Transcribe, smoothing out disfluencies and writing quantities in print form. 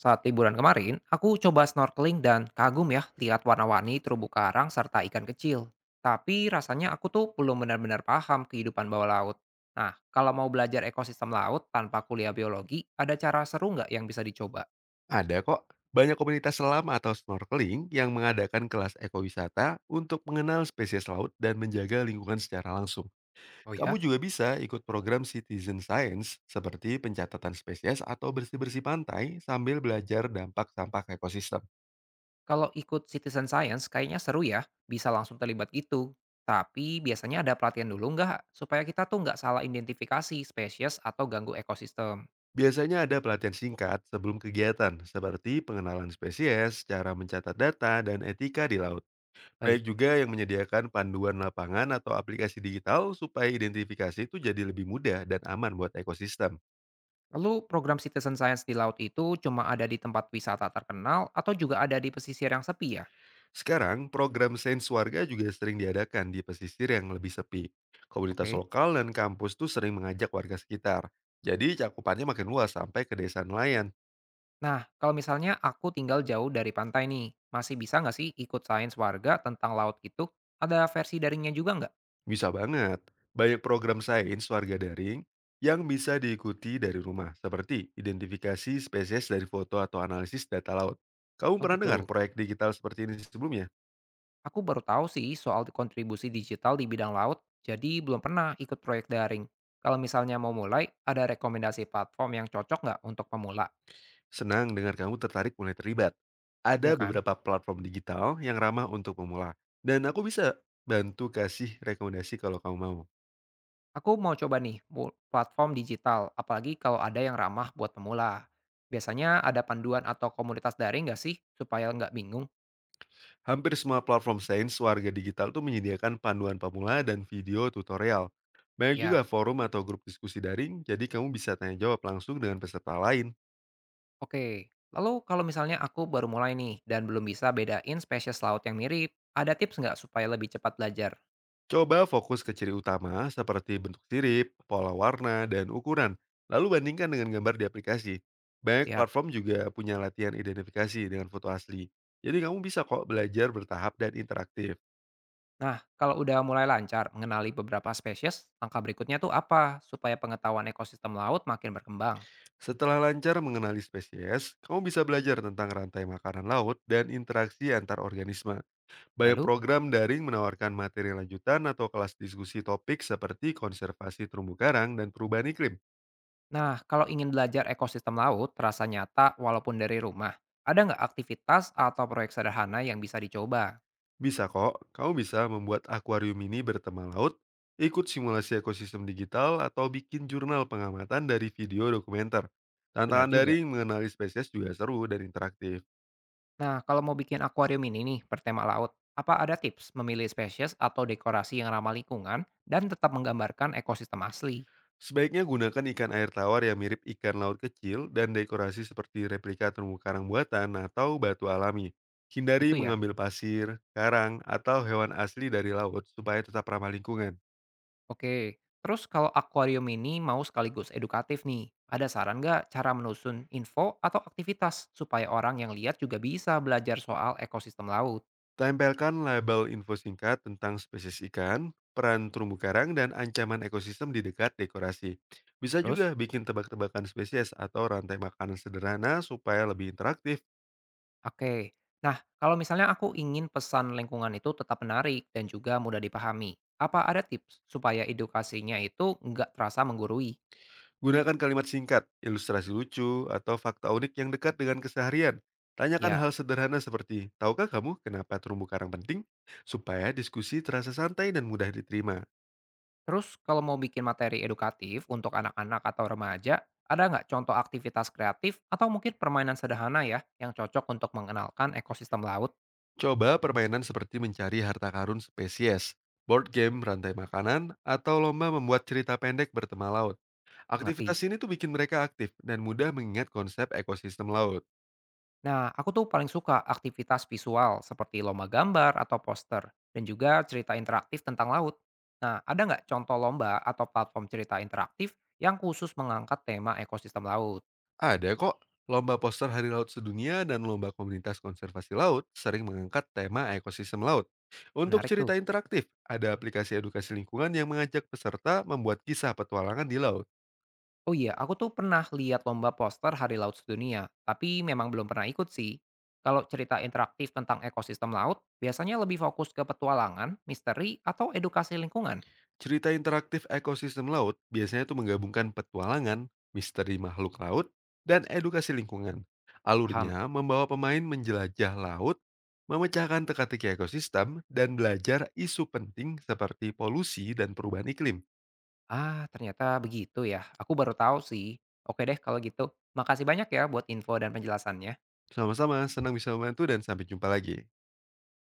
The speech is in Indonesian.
Saat liburan kemarin, aku coba snorkeling dan kagum ya lihat warna-warni terumbu karang serta ikan kecil. Tapi rasanya aku tuh belum benar-benar paham kehidupan bawah laut. Nah, kalau mau belajar ekosistem laut tanpa kuliah biologi, ada cara seru nggak yang bisa dicoba? Ada kok, banyak komunitas selam atau snorkeling yang mengadakan kelas ekowisata untuk mengenal spesies laut dan menjaga lingkungan secara langsung. Oh Kamu ya? juga bisa ikut program citizen science seperti pencatatan spesies atau bersih-bersih pantai sambil belajar dampak sampah ke ekosistem. Kalau ikut citizen science kayaknya seru ya, bisa langsung terlibat gitu. Tapi biasanya ada pelatihan dulu nggak supaya kita tuh nggak salah identifikasi spesies atau ganggu ekosistem. Biasanya ada pelatihan singkat sebelum kegiatan seperti pengenalan spesies, cara mencatat data, dan etika di laut. Baik Baik. juga yang menyediakan panduan lapangan atau aplikasi digital supaya identifikasi itu jadi lebih mudah dan aman buat ekosistem. Lalu program citizen science di laut itu cuma ada di tempat wisata terkenal atau juga ada di pesisir yang sepi ya? Sekarang, program Sains Warga juga sering diadakan di pesisir yang lebih sepi. Komunitas Oke. lokal dan kampus tuh sering mengajak warga sekitar. Jadi cakupannya makin luas sampai ke desa nelayan. Nah, kalau misalnya aku tinggal jauh dari pantai nih, masih bisa nggak sih ikut sains warga tentang laut itu? Ada versi daringnya juga nggak? Bisa banget. Banyak program sains warga daring yang bisa diikuti dari rumah, seperti identifikasi spesies dari foto atau analisis data laut. Kamu Oh pernah gitu. dengar Gitu. proyek digital seperti ini sebelumnya? Aku baru tahu sih soal kontribusi digital di bidang laut, jadi belum pernah ikut proyek daring. Kalau misalnya mau mulai, ada rekomendasi platform yang cocok nggak untuk pemula? Senang dengar kamu tertarik mulai terlibat. Ya Ada kan? beberapa platform digital yang ramah untuk pemula, dan aku bisa bantu kasih rekomendasi kalau kamu mau. Aku mau coba nih platform digital, apalagi kalau ada yang ramah buat pemula. Biasanya ada panduan atau komunitas daring nggak sih supaya nggak bingung? Hampir semua platform sains warga digital tuh menyediakan panduan pemula dan video tutorial. Banyak Ya, juga forum atau grup diskusi daring, jadi kamu bisa tanya jawab langsung dengan peserta lain. oke. Lalu kalau misalnya aku baru mulai nih dan belum bisa bedain spesies laut yang mirip, ada tips nggak supaya lebih cepat belajar? Coba fokus ke ciri utama seperti bentuk sirip, pola warna, dan ukuran. Lalu bandingkan dengan gambar di aplikasi. Banyak Siap. platform juga punya latihan identifikasi dengan foto asli. Jadi kamu bisa kok belajar bertahap dan interaktif. Nah, kalau udah mulai lancar mengenali beberapa spesies, langkah berikutnya tuh apa supaya pengetahuan ekosistem laut makin berkembang? Setelah lancar mengenali spesies, kamu bisa belajar tentang rantai makanan laut dan interaksi antar organisme. Banyak Lalu? program daring menawarkan materi lanjutan atau kelas diskusi topik seperti konservasi terumbu karang dan perubahan iklim. Nah, kalau ingin belajar ekosistem laut terasa nyata walaupun dari rumah, ada nggak aktivitas atau proyek sederhana yang bisa dicoba? Bisa kok, kamu bisa membuat akuarium ini bertema laut, ikut simulasi ekosistem digital, atau bikin jurnal pengamatan dari video dokumenter. Benar Tantangan juga. daring mengenali spesies juga seru dan interaktif. Nah, kalau mau bikin akuarium ini nih bertema laut, apa ada tips memilih spesies atau dekorasi yang ramah lingkungan dan tetap menggambarkan ekosistem asli? Sebaiknya gunakan ikan air tawar yang mirip ikan laut kecil dan dekorasi seperti replika terumbu karang buatan atau batu alami. Itu Hindari ya. mengambil pasir, karang, atau hewan asli dari laut supaya tetap ramah lingkungan. Oke. Terus kalau akuarium ini mau sekaligus edukatif nih, ada saran nggak cara menusun info atau aktivitas supaya orang yang lihat juga bisa belajar soal ekosistem laut? Tempelkan label info singkat tentang spesies ikan, peran terumbu karang, dan ancaman ekosistem di dekat dekorasi. Bisa Terus? juga bikin tebak-tebakan spesies atau rantai makanan sederhana supaya lebih interaktif. Oke. Nah, kalau misalnya aku ingin pesan lingkungan itu tetap menarik dan juga mudah dipahami, apa ada tips supaya edukasinya itu nggak terasa menggurui? Gunakan kalimat singkat, ilustrasi lucu, atau fakta unik yang dekat dengan keseharian. Tanyakan Ya. hal sederhana seperti, tahukah kamu kenapa terumbu karang penting? Supaya diskusi terasa santai dan mudah diterima. Terus kalau mau bikin materi edukatif untuk anak-anak atau remaja, ada nggak contoh aktivitas kreatif atau mungkin permainan sederhana ya yang cocok untuk mengenalkan ekosistem laut? Coba permainan seperti mencari harta karun spesies, board game rantai makanan, atau lomba membuat cerita pendek bertema laut. Ngerti? Aktivitas ini tuh bikin mereka aktif dan mudah mengingat konsep ekosistem laut. Nah, aku tuh paling suka aktivitas visual seperti lomba gambar atau poster, dan juga cerita interaktif tentang laut. Nah, ada nggak contoh lomba atau platform cerita interaktif yang khusus mengangkat tema ekosistem laut? Ada kok lomba poster Hari Laut Sedunia dan lomba komunitas konservasi laut sering mengangkat tema ekosistem laut. Untuk Menarik tuh. cerita interaktif, ada aplikasi edukasi lingkungan yang mengajak peserta membuat kisah petualangan di laut. Oh iya, aku tuh pernah lihat lomba poster Hari Laut Sedunia, tapi memang belum pernah ikut sih. Kalau cerita interaktif tentang ekosistem laut, biasanya lebih fokus ke petualangan, misteri, atau edukasi lingkungan. Cerita interaktif ekosistem laut biasanya itu menggabungkan petualangan, misteri makhluk laut, dan edukasi lingkungan. Paham? Alurnya membawa pemain menjelajah laut, memecahkan teka-teki ekosistem, dan belajar isu penting seperti polusi dan perubahan iklim. Ah, ternyata begitu ya. Aku baru tahu sih. Oke deh kalau gitu. Makasih banyak ya buat info dan penjelasannya. Sama-sama, senang bisa membantu dan sampai jumpa lagi.